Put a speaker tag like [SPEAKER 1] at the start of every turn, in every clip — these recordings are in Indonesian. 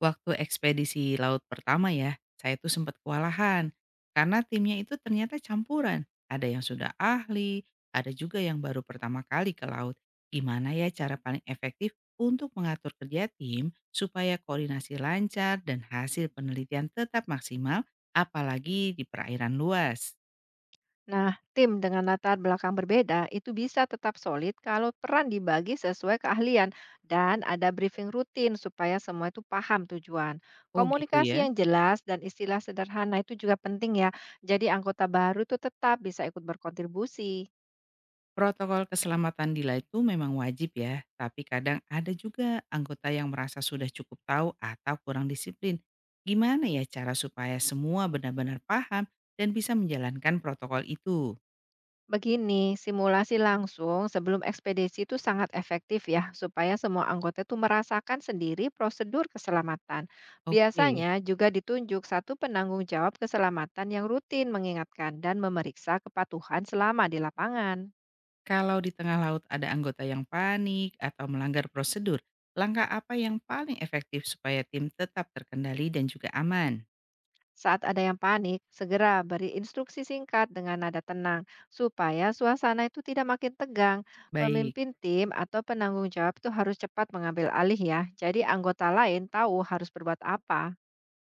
[SPEAKER 1] Waktu ekspedisi laut pertama ya, saya tuh sempat kewalahan karena timnya itu ternyata campuran. Ada yang sudah ahli, ada juga yang baru pertama kali ke laut. Gimana ya cara paling efektif untuk mengatur kerja tim supaya koordinasi lancar dan hasil penelitian tetap maksimal apalagi di perairan luas.
[SPEAKER 2] Nah, tim dengan latar belakang berbeda itu bisa tetap solid kalau peran dibagi sesuai keahlian dan ada briefing rutin supaya semua itu paham tujuan.
[SPEAKER 1] Oh gitu
[SPEAKER 2] Komunikasi
[SPEAKER 1] ya.
[SPEAKER 2] yang jelas dan istilah sederhana itu juga penting ya. Jadi anggota baru itu tetap bisa ikut berkontribusi.
[SPEAKER 1] Protokol keselamatan di laut itu memang wajib ya, tapi kadang ada juga anggota yang merasa sudah cukup tahu atau kurang disiplin. Gimana ya cara supaya semua benar-benar paham dan bisa menjalankan protokol itu?
[SPEAKER 2] Begini, simulasi langsung sebelum ekspedisi itu sangat efektif ya, supaya semua anggota itu merasakan sendiri prosedur keselamatan.
[SPEAKER 1] Oke,
[SPEAKER 2] Biasanya juga ditunjuk satu penanggung jawab keselamatan yang rutin mengingatkan dan memeriksa kepatuhan selama di lapangan.
[SPEAKER 1] kalau di tengah laut ada anggota yang panik atau melanggar prosedur, langkah apa yang paling efektif supaya tim tetap terkendali dan juga aman?
[SPEAKER 2] Saat ada yang panik, segera beri instruksi singkat dengan nada tenang supaya suasana itu tidak makin tegang.
[SPEAKER 1] Baik.
[SPEAKER 2] Pemimpin tim atau penanggung jawab itu harus cepat mengambil alih ya. Jadi anggota lain tahu harus berbuat apa.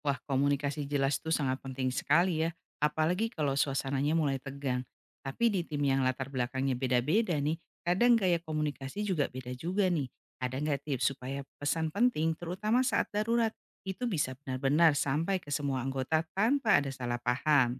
[SPEAKER 1] Wah, komunikasi jelas itu sangat penting sekali ya, apalagi kalau suasananya mulai tegang. Tapi di tim yang latar belakangnya beda-beda nih, kadang gaya komunikasi juga beda juga nih. Ada nggak tips supaya pesan penting, terutama saat darurat, itu bisa benar-benar sampai ke semua anggota tanpa ada salah paham?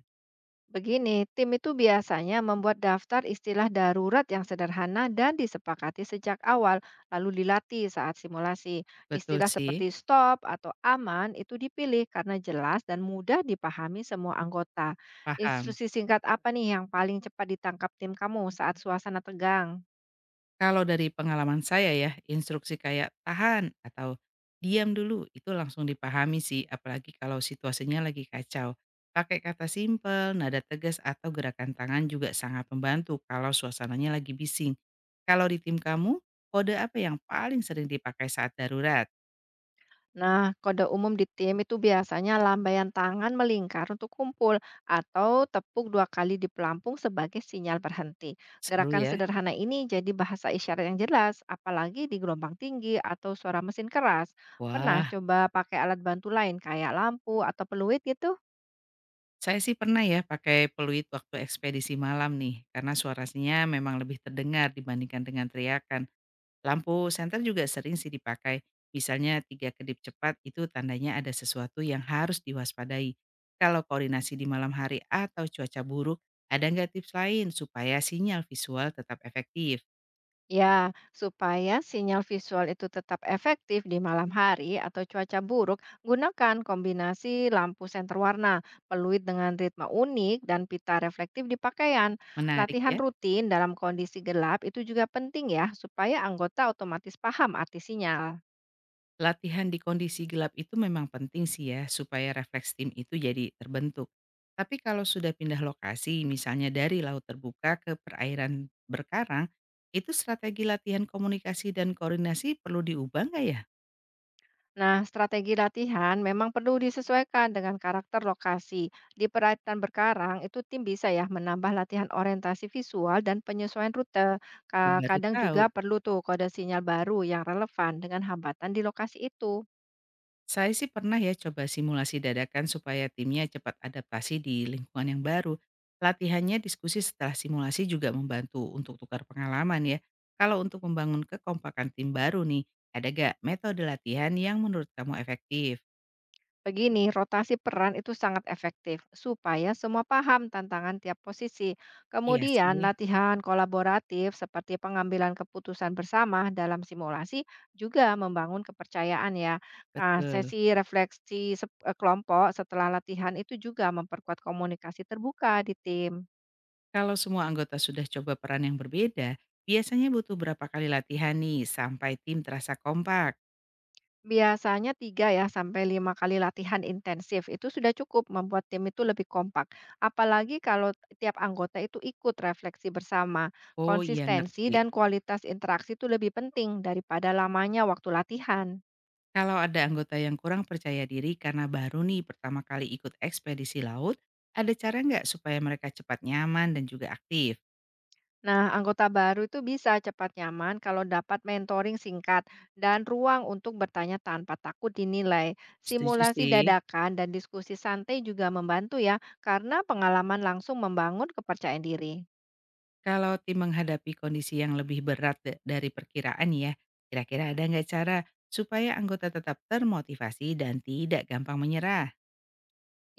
[SPEAKER 2] Begini, tim itu biasanya membuat daftar istilah darurat yang sederhana dan disepakati sejak awal, lalu dilatih saat simulasi.
[SPEAKER 1] Betul
[SPEAKER 2] Istilah
[SPEAKER 1] sih,
[SPEAKER 2] seperti stop atau aman itu dipilih karena jelas dan mudah dipahami semua anggota.
[SPEAKER 1] paham.
[SPEAKER 2] Instruksi singkat apa nih yang paling cepat ditangkap tim kamu saat suasana tegang?
[SPEAKER 1] Kalau dari pengalaman saya ya, instruksi kayak tahan atau diam dulu itu langsung dipahami sih, apalagi kalau situasinya lagi kacau. Pakai kata simpel, nada tegas atau gerakan tangan juga sangat membantu kalau suasananya lagi bising. Kalau di tim kamu, kode apa yang paling sering dipakai saat darurat?
[SPEAKER 2] Nah, kode umum di tim itu biasanya lambaian tangan melingkar untuk kumpul atau tepuk 2 kali di pelampung sebagai sinyal berhenti.
[SPEAKER 1] Seru
[SPEAKER 2] Gerakan
[SPEAKER 1] ya?
[SPEAKER 2] sederhana ini jadi bahasa isyarat yang jelas, apalagi di gelombang tinggi atau suara mesin keras. Pernah
[SPEAKER 1] Wah,
[SPEAKER 2] coba pakai alat bantu lain kayak lampu atau peluit gitu?
[SPEAKER 1] saya sih pernah ya pakai peluit waktu ekspedisi malam nih, karena suaranya memang lebih terdengar dibandingkan dengan teriakan. Lampu senter juga sering sih dipakai. Misalnya tiga kedip cepat itu tandanya ada sesuatu yang harus diwaspadai. Kalau koordinasi di malam hari atau cuaca buruk, ada nggak tips lain supaya sinyal visual tetap efektif?
[SPEAKER 2] Ya, supaya sinyal visual itu tetap efektif di malam hari atau cuaca buruk, gunakan kombinasi lampu senter warna, peluit dengan ritme unik, dan pita reflektif di pakaian.
[SPEAKER 1] Menarik
[SPEAKER 2] Latihan
[SPEAKER 1] ya.
[SPEAKER 2] rutin dalam kondisi gelap itu juga penting ya, supaya anggota otomatis paham arti sinyal.
[SPEAKER 1] Latihan di kondisi gelap itu memang penting sih ya, supaya refleks tim itu jadi terbentuk. Tapi kalau sudah pindah lokasi, misalnya dari laut terbuka ke perairan berkarang, itu strategi latihan komunikasi dan koordinasi perlu diubah nggak ya?
[SPEAKER 2] Nah, strategi latihan memang perlu disesuaikan dengan karakter lokasi. Di perairan berkarang, itu tim bisa ya menambah latihan orientasi visual dan penyesuaian rute. Ka-
[SPEAKER 1] Baru
[SPEAKER 2] Kadang juga
[SPEAKER 1] tahu.
[SPEAKER 2] perlu tuh kode sinyal baru yang relevan dengan hambatan di lokasi itu.
[SPEAKER 1] Saya sih pernah ya coba simulasi dadakan supaya timnya cepat adaptasi di lingkungan yang baru. Latihannya diskusi setelah simulasi juga membantu untuk tukar pengalaman ya. Kalau untuk membangun kekompakan tim baru nih, ada gak metode latihan yang menurut kamu efektif?
[SPEAKER 2] Begini, rotasi peran itu sangat efektif supaya semua paham tantangan tiap posisi.
[SPEAKER 1] Iya
[SPEAKER 2] Kemudian,
[SPEAKER 1] sih,
[SPEAKER 2] latihan kolaboratif seperti pengambilan keputusan bersama dalam simulasi juga membangun kepercayaan ya. Nah,
[SPEAKER 1] betul.
[SPEAKER 2] sesi refleksi kelompok setelah latihan itu juga memperkuat komunikasi terbuka di tim.
[SPEAKER 1] Kalau semua anggota sudah coba peran yang berbeda, biasanya butuh berapa kali latihan nih sampai tim terasa kompak?
[SPEAKER 2] Biasanya 3 ya sampai 5 kali latihan intensif itu sudah cukup membuat tim itu lebih kompak. Apalagi kalau tiap anggota itu ikut refleksi bersama.
[SPEAKER 1] Oh iya
[SPEAKER 2] Konsistensi
[SPEAKER 1] ngerti.
[SPEAKER 2] dan kualitas interaksi itu lebih penting daripada lamanya waktu latihan.
[SPEAKER 1] Kalau ada anggota yang kurang percaya diri karena baru nih pertama kali ikut ekspedisi laut, ada cara nggak supaya mereka cepat nyaman dan juga aktif?
[SPEAKER 2] Nah, anggota baru itu bisa cepat nyaman kalau dapat mentoring singkat dan ruang untuk bertanya tanpa takut dinilai.
[SPEAKER 1] Setuju
[SPEAKER 2] Simulasi
[SPEAKER 1] sih.
[SPEAKER 2] dadakan dan diskusi santai juga membantu ya, karena pengalaman langsung membangun kepercayaan diri.
[SPEAKER 1] Kalau tim menghadapi kondisi yang lebih berat dari perkiraan ya, kira-kira ada nggak cara supaya anggota tetap termotivasi dan tidak gampang menyerah?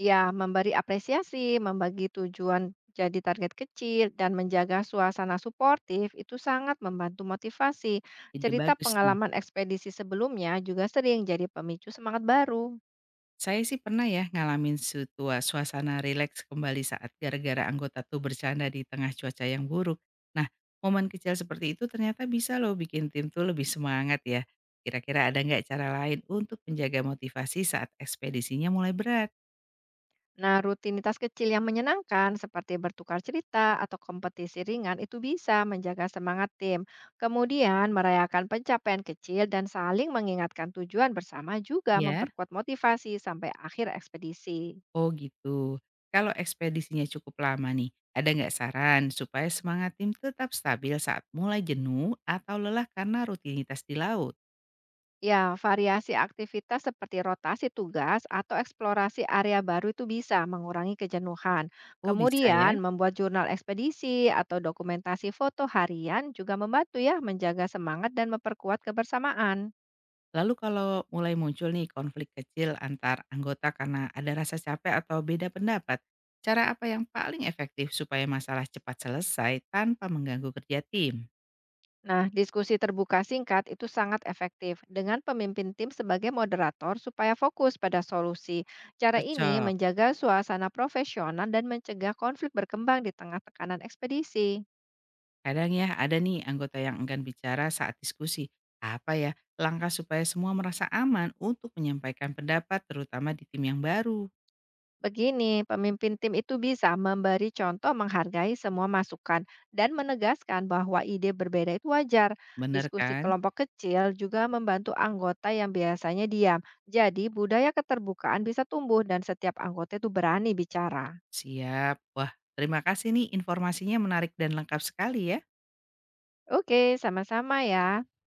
[SPEAKER 2] Ya, memberi apresiasi, membagi tujuan jadi target kecil, dan menjaga suasana suportif itu sangat membantu motivasi.
[SPEAKER 1] Ide
[SPEAKER 2] Cerita
[SPEAKER 1] bagus nih.
[SPEAKER 2] pengalaman ekspedisi sebelumnya juga sering jadi pemicu semangat baru.
[SPEAKER 1] Saya sih pernah ya ngalamin suasana rileks kembali saat gara-gara anggota tuh bercanda di tengah cuaca yang buruk. Nah, momen kecil seperti itu ternyata bisa loh bikin tim tuh lebih semangat ya. Kira-kira ada nggak cara lain untuk menjaga motivasi saat ekspedisinya mulai berat?
[SPEAKER 2] Nah, rutinitas kecil yang menyenangkan seperti bertukar cerita atau kompetisi ringan itu bisa menjaga semangat tim. Kemudian, merayakan pencapaian kecil dan saling mengingatkan tujuan bersama juga
[SPEAKER 1] Ya,
[SPEAKER 2] memperkuat motivasi sampai akhir ekspedisi.
[SPEAKER 1] oh gitu. Kalau ekspedisinya cukup lama nih, ada nggak saran supaya semangat tim tetap stabil saat mulai jenuh atau lelah karena rutinitas di laut?
[SPEAKER 2] Ya, variasi aktivitas seperti rotasi tugas atau eksplorasi area baru itu bisa mengurangi kejenuhan.
[SPEAKER 1] Oh bisa
[SPEAKER 2] Kemudian,
[SPEAKER 1] ya.
[SPEAKER 2] membuat jurnal ekspedisi atau dokumentasi foto harian juga membantu ya menjaga semangat dan memperkuat kebersamaan.
[SPEAKER 1] Lalu kalau mulai muncul nih konflik kecil antar anggota karena ada rasa capek atau beda pendapat, cara apa yang paling efektif supaya masalah cepat selesai tanpa mengganggu kerja tim?
[SPEAKER 2] Nah, diskusi terbuka singkat itu sangat efektif dengan pemimpin tim sebagai moderator supaya fokus pada solusi. Cara ini
[SPEAKER 1] Cocok.
[SPEAKER 2] menjaga suasana profesional dan mencegah konflik berkembang di tengah tekanan ekspedisi.
[SPEAKER 1] Kadang ya ada nih anggota yang enggan bicara saat diskusi. Apa ya langkah supaya semua merasa aman untuk menyampaikan pendapat terutama di tim yang baru?
[SPEAKER 2] Begini, pemimpin tim itu bisa memberi contoh menghargai semua masukan dan menegaskan bahwa ide berbeda itu wajar.
[SPEAKER 1] Bener
[SPEAKER 2] Diskusi
[SPEAKER 1] kan?
[SPEAKER 2] kelompok kecil juga membantu anggota yang biasanya diam. Jadi, budaya keterbukaan bisa tumbuh dan setiap anggota itu berani bicara.
[SPEAKER 1] Siap. Wah, terima kasih nih informasinya menarik dan lengkap sekali ya.
[SPEAKER 2] Oke, sama-sama ya.